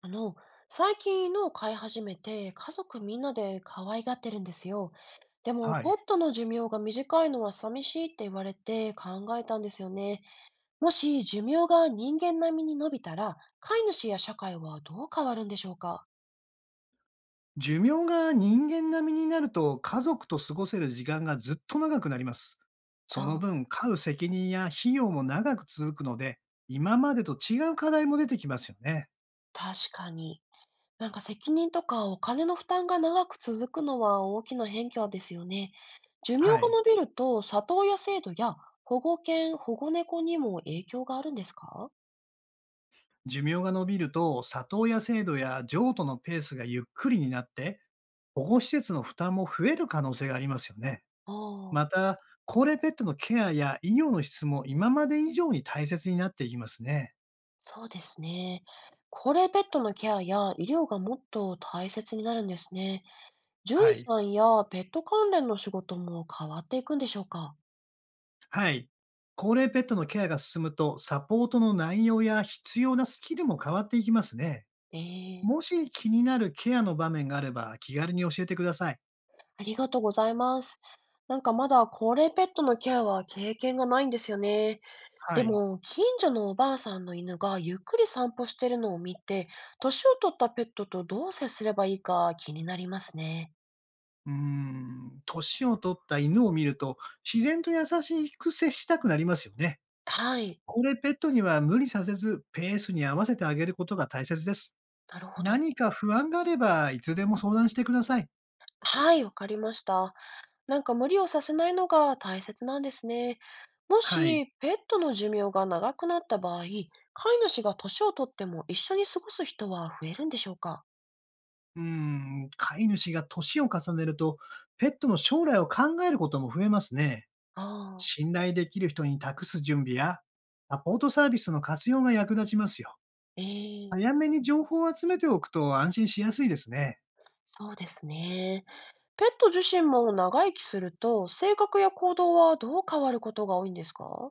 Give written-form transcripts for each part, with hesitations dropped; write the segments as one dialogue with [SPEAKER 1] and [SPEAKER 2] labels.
[SPEAKER 1] あの、最近犬を飼い始めて、家族みんなで可愛がってるんですよ。でも、
[SPEAKER 2] は
[SPEAKER 1] ペッ
[SPEAKER 2] い。
[SPEAKER 1] トの寿命が短いのは寂しいって言われて考えたんですよね。もし寿命が人間並みに伸びたら、飼い主や社会はどう変わるんでしょうか？
[SPEAKER 2] 寿命が人間並みになると家族と過ごせる時間がずっと長くなります。その
[SPEAKER 1] あ、
[SPEAKER 2] 分、飼う責任や費用も長く続くので、今までと違う課題も出てきますよね。
[SPEAKER 1] 確かに。責任とかお金の負担が長く続くのは大きな変化ですよね。寿命が
[SPEAKER 2] はい。
[SPEAKER 1] 伸びると、里親制度や保護犬、保護猫にも影響があるんですか？
[SPEAKER 2] 寿命が伸びると、里親制度や譲渡のペースがゆっくりになって、保護施設の負担も増える可能性がありますよね。
[SPEAKER 1] あ
[SPEAKER 2] ま
[SPEAKER 1] あー。
[SPEAKER 2] た、高齢ペットのケアや医療の質も今まで以上に大切になっていきますね。
[SPEAKER 1] そうですね。高齢ペットのケアや医療がもっと大切になるんですね。獣
[SPEAKER 2] は
[SPEAKER 1] 医
[SPEAKER 2] い。
[SPEAKER 1] さんやペット関連の仕事も変わっていくんでしょうか？
[SPEAKER 2] はい。高齢ペットのケアが進むと、サポートの内容や必要なスキルも変わっていきますね。
[SPEAKER 1] え、え、
[SPEAKER 2] もし気になるケアの場面があれば、気軽に教えてください。
[SPEAKER 1] ありがとうございます。まだ高齢ペットのケアは経験がないんですよね。
[SPEAKER 2] は
[SPEAKER 1] で
[SPEAKER 2] い。
[SPEAKER 1] も、近所のおばあさんの犬がゆっくり散歩してるのを見て、年を取ったペットとどう接すればいいか気になりますね。
[SPEAKER 2] うーん、年を取った犬を見ると、自然と優しく接したくなりますよね。
[SPEAKER 1] はい。
[SPEAKER 2] 高齢ペットには無理させず、ペースに合わせてあげることが大切です。
[SPEAKER 1] なるほど。
[SPEAKER 2] 何か不安があれば、いつでも相談してください。
[SPEAKER 1] はい、わかりました。無理をさせないのが大切なんですね。も
[SPEAKER 2] はい。
[SPEAKER 1] し、ペットの寿命が長くなった場合、飼い主が年をとっても一緒に過ごす人は増えるんでしょうか？
[SPEAKER 2] うーん、飼い主が年を重ねると、ペットの将来を考えることも増えますね。
[SPEAKER 1] ああ、
[SPEAKER 2] 信頼できる人に託す準備や、サポートサービスの活用が役立ちますよ。
[SPEAKER 1] ええ、
[SPEAKER 2] 早めに情報を集めておくと安心しやすいですね。
[SPEAKER 1] そうですね。ペット自身も長生きすると、性格や行動はどう変わることが多いんですか？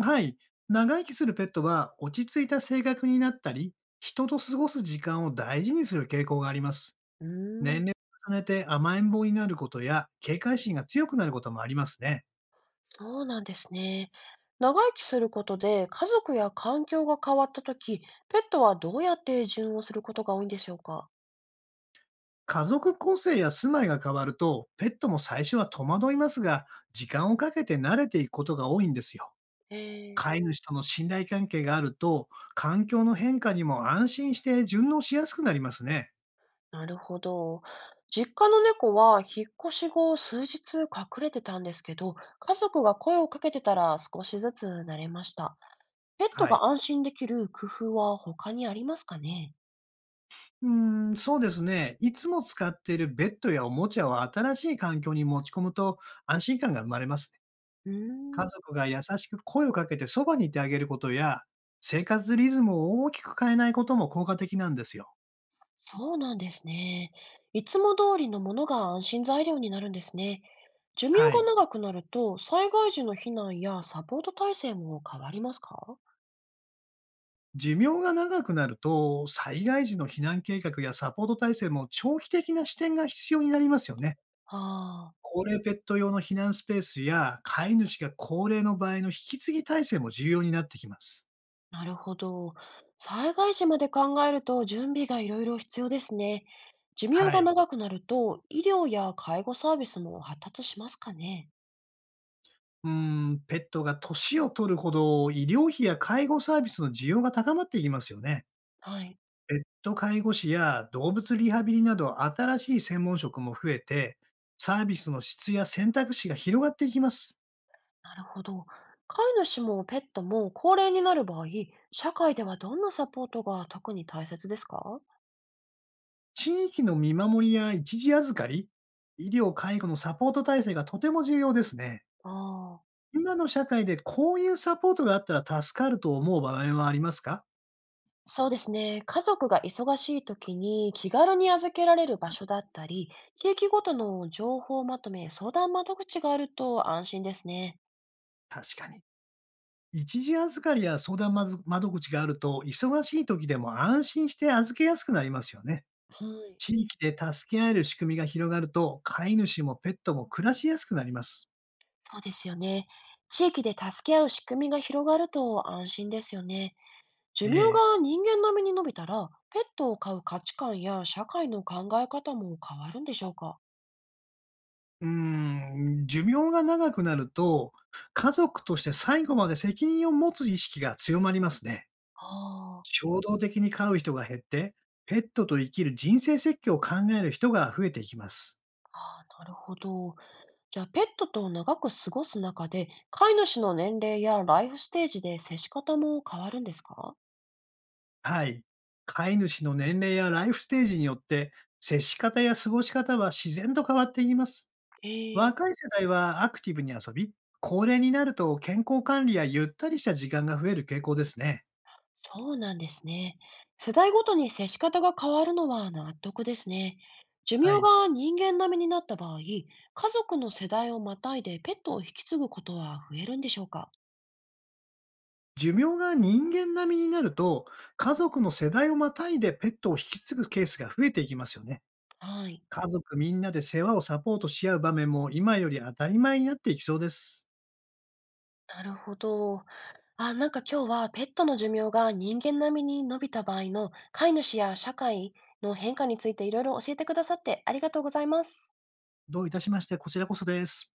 [SPEAKER 2] はい。長生きするペットは落ち着いた性格になったり、人と過ごす時間を大事にする傾向があります。
[SPEAKER 1] うー
[SPEAKER 2] 年
[SPEAKER 1] ん、
[SPEAKER 2] 齢を重ねて甘えん坊になることや、警戒心が強くなることもありますね。
[SPEAKER 1] そうなんですね。長生きすることで家族や環境が変わったとき、ペットはどうやって順応することが多いんでしょうか？
[SPEAKER 2] 家族構成や住まいが変わると、ペットも最初は戸惑いますが、時間をかけて慣れていくことが多いんですよ。
[SPEAKER 1] へえ、
[SPEAKER 2] 飼い主との信頼関係があると、環境の変化にも安心して順応しやすくなりますね。
[SPEAKER 1] なるほど。実家の猫は引っ越し後数日隠れてたんですけど、家族が声をかけてたら少しずつ慣れました。ペット
[SPEAKER 2] はい。
[SPEAKER 1] が安心できる工夫は他にありますかね？
[SPEAKER 2] うーん、そうですね。いつも使っているベッドやおもちゃを新しい環境に持ち込むと安心感が生まれますね。
[SPEAKER 1] うー
[SPEAKER 2] 家
[SPEAKER 1] ん、
[SPEAKER 2] 族が優しく声をかけてそばにいてあげることや、生活リズムを大きく変えないことも効果的なんですよ。
[SPEAKER 1] そうなんですね。いつも通りのものが安心材料になるんですね。寿命
[SPEAKER 2] は
[SPEAKER 1] が
[SPEAKER 2] い。
[SPEAKER 1] 長くなると災害時の避難やサポート体制も変わりますか？
[SPEAKER 2] 寿命が長くなると、災害時の避難計画やサポート体制も長期的な視点が必要になりますよね。
[SPEAKER 1] ああー。
[SPEAKER 2] 高齢ペット用の避難スペースや、飼い主が高齢の場合の引き継ぎ体制も重要になってきます。
[SPEAKER 1] なるほど。災害時まで考えると準備がいろいろ必要ですね。寿命
[SPEAKER 2] は
[SPEAKER 1] が
[SPEAKER 2] い。
[SPEAKER 1] 長くなると医療や介護サービスも発達しますかね。
[SPEAKER 2] うーん、ペットが年を取るほど、医療費や介護サービスの需要が高まっていきますよね。
[SPEAKER 1] はい、
[SPEAKER 2] ペット介護士や動物リハビリなど、新しい専門職も増えて、サービスの質や選択肢が広がっていきます。
[SPEAKER 1] なるほど。飼い主もペットも高齢になる場合、社会ではどんなサポートが特に大切ですか？
[SPEAKER 2] 地域の見守りや一時預かり、医療・介護のサポート体制がとても重要ですね。
[SPEAKER 1] ああ、
[SPEAKER 2] 今の社会でこういうサポートがあったら助かると思う場面はありますか？
[SPEAKER 1] そうですね。家族が忙しい時に気軽に預けられる場所だったり、地域ごとの情報まとめ、相談窓口があると安心ですね。
[SPEAKER 2] 確かに。一時預かりや相談まず窓口があると、忙しい時でも安心して預けやすくなりますよね。
[SPEAKER 1] はい。
[SPEAKER 2] 地域で助け合える仕組みが広がると、飼い主もペットも暮らしやすくなります。
[SPEAKER 1] そうですよね。地域で助け合う仕組みが広がると安心ですよね。寿命
[SPEAKER 2] ええ。
[SPEAKER 1] が人間並みに伸びたら、ペットを飼う価値観や社会の考え方も変わるんでしょうか？
[SPEAKER 2] うーん、寿命が長くなると、家族として最後まで責任を持つ意識が強まりますね。
[SPEAKER 1] あー、
[SPEAKER 2] 衝動的に飼う人が減って、ペットと生きる人生設計を考える人が増えていきます。
[SPEAKER 1] あー、なるほど。じゃあ、ペットと長く過ごす中で、飼い主の年齢やライフステージで接し方も変わるんですか？
[SPEAKER 2] はい。飼い主の年齢やライフステージによって、接し方や過ごし方は自然と変わっていきます。
[SPEAKER 1] ええ、
[SPEAKER 2] 若い世代はアクティブに遊び、高齢になると健康管理やゆったりした時間が増える傾向ですね。
[SPEAKER 1] そうなんですね。世代ごとに接し方が変わるのは納得ですね。寿
[SPEAKER 2] は
[SPEAKER 1] 命
[SPEAKER 2] い。
[SPEAKER 1] が人間並みになった場合、家族の世代をまたいでペットを引き継ぐことは増えるんでしょうか？
[SPEAKER 2] 寿命が人間並みになると、家族の世代をまたいでペットを引き継ぐケースが増えていきますよね。
[SPEAKER 1] はい。
[SPEAKER 2] 家族みんなで世話をサポートし合う場面も今より当たり前になっていきそうです。
[SPEAKER 1] なるほど。あ、今日はペットの寿命が人間並みに伸びた場合の飼い主や社会の変化についていろいろ教えてくださってありがとうございます。
[SPEAKER 2] どういたしまして、こちらこそです。